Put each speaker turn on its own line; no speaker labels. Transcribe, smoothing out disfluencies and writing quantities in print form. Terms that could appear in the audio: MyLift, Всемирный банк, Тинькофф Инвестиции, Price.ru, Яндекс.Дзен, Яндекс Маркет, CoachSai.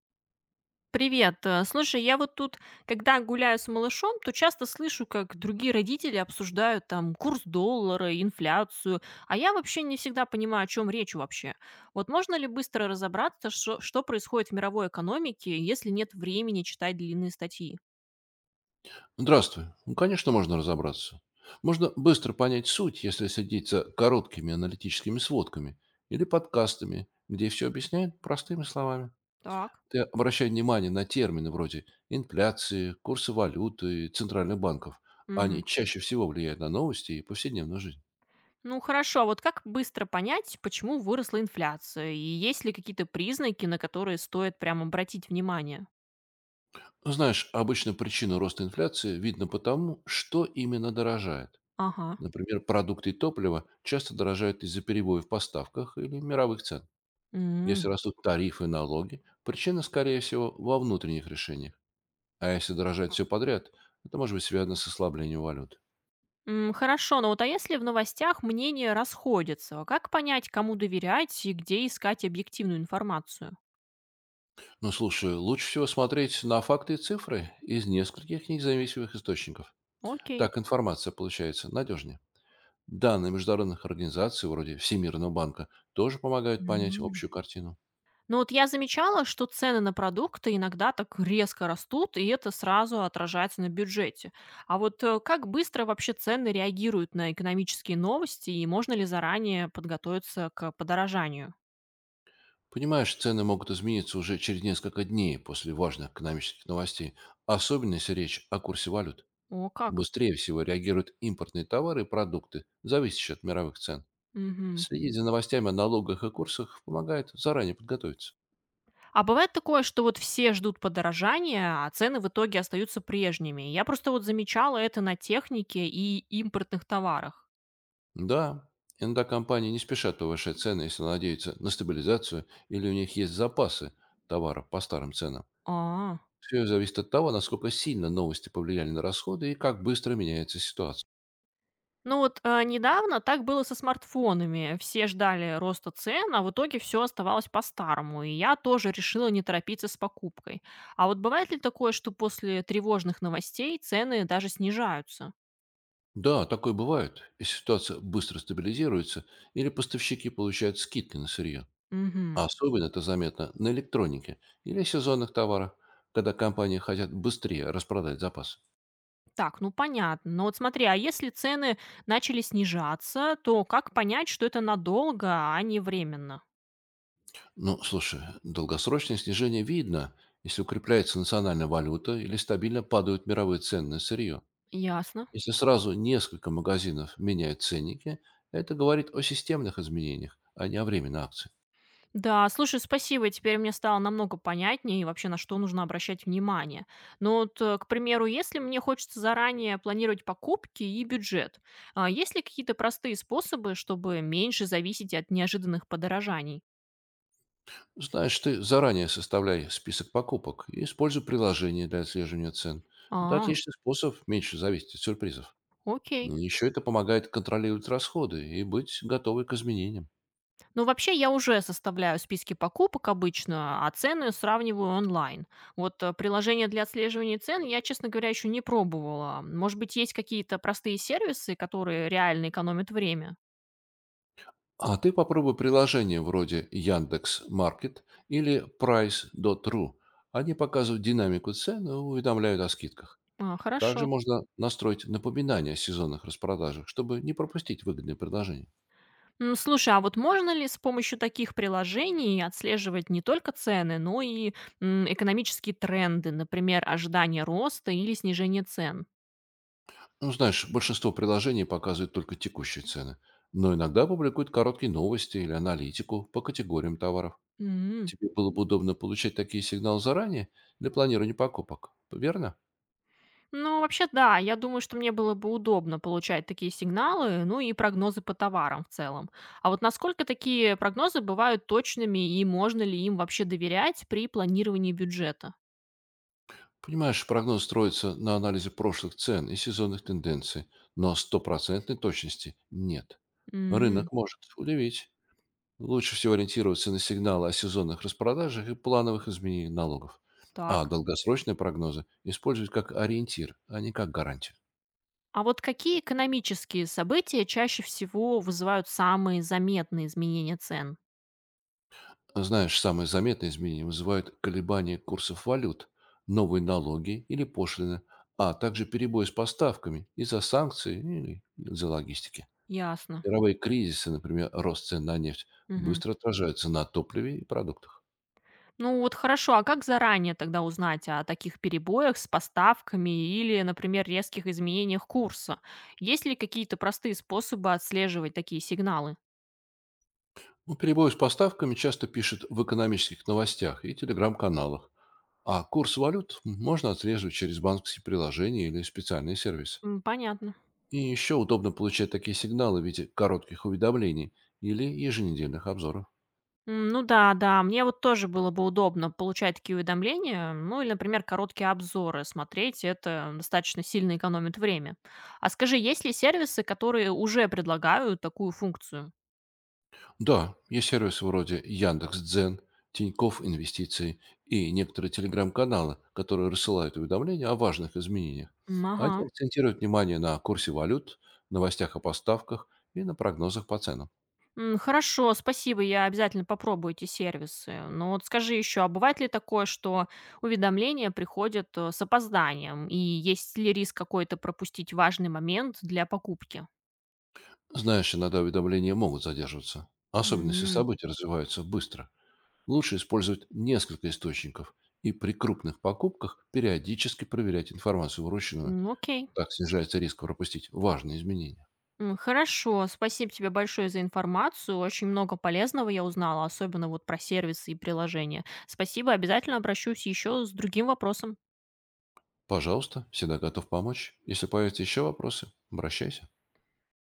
Привет. Слушай, я вот тут, когда гуляю с малышом, то часто слышу, как другие родители обсуждают там курс доллара, инфляцию, а я вообще не всегда понимаю, о чем речь вообще. Вот можно ли быстро разобраться, что происходит в мировой экономике, если нет времени читать длинные статьи?
Здравствуй. Ну, конечно, можно разобраться. Можно быстро понять суть, если следить за короткими аналитическими сводками или подкастами, где все объясняют простыми словами.
Так.
Ты обращай внимание на термины вроде инфляции, курсы валюты, центральных банков.
Мгм.
Они чаще всего влияют на новости и повседневную жизнь.
Ну хорошо, а вот как быстро понять, почему выросла инфляция, и есть ли какие-то признаки, на которые стоит прям обратить внимание?
Знаешь, обычно причину роста инфляции видно потому, что именно дорожает.
Ага.
Например, продукты и топливо часто дорожают из-за перебоев в поставках или мировых цен.
М.
Если растут тарифы и налоги, причина, скорее всего, во внутренних решениях. А если дорожать все подряд, это может быть связано с ослаблением валют.
М, хорошо, но вот а если в новостях мнения расходятся, а как понять, кому доверять и где искать объективную информацию?
Ну, слушай, лучше всего смотреть на факты и цифры из нескольких независимых источников.
Окей.
Так информация получается надежнее. Данные международных организаций, вроде Всемирного банка, тоже помогают понять
Мгм.
общую картину.
Но вот я замечала, что цены на продукты иногда так резко растут, и это сразу отражается на бюджете. А вот как быстро вообще цены реагируют на экономические новости, и можно ли заранее подготовиться к подорожанию?
Понимаешь, цены могут измениться уже через несколько дней после важных экономических новостей, особенно если речь о курсе валют.
О, как?
Быстрее всего реагируют импортные товары и продукты, зависящие от мировых цен.
Мгм.
Следить за новостями о налогах и курсах помогает заранее подготовиться.
А бывает такое, что вот все ждут подорожания, а цены в итоге остаются прежними. Я просто вот замечала это на технике и импортных товарах.
Да, иногда компании не спешат повышать цены, если надеются на стабилизацию или у них есть запасы товаров по старым ценам.
А.
Все зависит от того, насколько сильно новости повлияли на расходы и как быстро меняется ситуация.
Ну вот недавно так было со смартфонами. Все ждали роста цен, а в итоге все оставалось по-старому. И я тоже решила не торопиться с покупкой. А вот бывает ли такое, что после тревожных новостей цены даже снижаются?
Да, такое бывает, если ситуация быстро стабилизируется или поставщики получают скидки на сырье.
Угу.
Особенно это заметно на электронике или сезонных товарах, когда компании хотят быстрее распродать запасы.
Так, ну понятно. Но вот смотри, а если цены начали снижаться, то как понять, что это надолго, а не временно?
Ну, слушай, долгосрочное снижение видно, если укрепляется национальная валюта или стабильно падают мировые цены на сырье.
Ясно.
Если сразу несколько магазинов меняют ценники, это говорит о системных изменениях, а не о временной акции.
Да, слушай, спасибо, теперь мне стало намного понятнее и вообще на что нужно обращать внимание. Но вот, к примеру, если мне хочется заранее планировать покупки и бюджет, а есть ли какие-то простые способы, чтобы меньше зависеть от неожиданных подорожаний?
Знаешь, ты заранее составляй список покупок и используй приложение для отслеживания цен. Это
А,
отличный способ меньше зависеть от сюрпризов.
окей.
Еще это помогает контролировать расходы и быть готовой к изменениям.
Ну, вообще, я уже составляю списки покупок обычно, а цены сравниваю онлайн. Вот приложение для отслеживания цен я, честно говоря, еще не пробовала. Может быть, есть какие-то простые сервисы, которые реально экономят время?
А ты попробуй приложения вроде Яндекс Маркет или Price.ru. Они показывают динамику цен и уведомляют о скидках.
А,
Также
хорошо.
можно настроить напоминания о сезонных распродажах, чтобы не пропустить выгодные предложения.
М, слушай, а вот можно ли с помощью таких приложений отслеживать не только цены, но и экономические тренды, например, ожидание роста или снижение цен?
Ну, знаешь, большинство приложений показывают только текущие цены, но иногда публикуют короткие новости или аналитику по категориям товаров.
М.
Тебе было бы удобно получать такие сигналы заранее для планирования покупок, верно?
Ну, вообще, да, я думаю, что мне было бы удобно получать такие сигналы, ну и прогнозы по товарам в целом. А вот насколько такие прогнозы бывают точными и можно ли им вообще доверять при планировании бюджета?
Понимаешь, прогноз строится на анализе прошлых цен и сезонных тенденций, но стопроцентной точности нет.
М,
Рынок может удивить. Лучше всего ориентироваться на сигналы о сезонных распродажах и плановых изменениях налогов. А
так.
долгосрочные прогнозы использовать как ориентир, а не как гарантию.
А вот какие экономические события чаще всего вызывают самые заметные изменения цен?
Знаешь, самые заметные изменения вызывают колебания курсов валют, новые налоги или пошлины, а также перебои с поставками из-за санкций или из-за логистики.
Ясно.
Мировые кризисы, например, рост цен на нефть,
Мгм.
быстро отражаются на топливе и продуктах.
Ну вот хорошо, а как заранее тогда узнать о таких перебоях с поставками или, например, резких изменениях курса? Есть ли какие-то простые способы отслеживать такие сигналы?
Ну, перебои с поставками часто пишут в экономических новостях и телеграм-каналах, а курс валют можно отслеживать через банковские приложения или специальные сервисы.
М, понятно.
И еще удобно получать такие сигналы в виде коротких уведомлений или еженедельных обзоров.
М, ну да, мне вот тоже было бы удобно получать такие уведомления, ну или, например, короткие обзоры смотреть, это достаточно сильно экономит время. А скажи, есть ли сервисы, которые уже предлагают такую функцию?
Да, есть сервисы вроде Яндекс.Дзен, Тинькофф Инвестиции и некоторые телеграм-каналы, которые рассылают уведомления о важных изменениях.
М, ага.
Они акцентируют внимание на курсе валют, новостях о поставках и на прогнозах по ценам.
М, хорошо, спасибо, я обязательно попробую эти сервисы. Но вот скажи еще, а бывает ли такое, что уведомления приходят с опозданием? И есть ли риск какой-то пропустить важный момент для покупки?
Знаешь, иногда уведомления могут задерживаться, особенно если
М,
события развиваются быстро. Лучше использовать несколько источников и при крупных покупках периодически проверять информацию вручную.
Окей.
Так снижается риск пропустить важные изменения.
М, хорошо, спасибо тебе большое за информацию. Очень много полезного я узнала, особенно вот про сервисы и приложения. Спасибо, обязательно обращусь еще с другим вопросом.
Пожалуйста, всегда готов помочь. Если появятся еще вопросы, обращайся.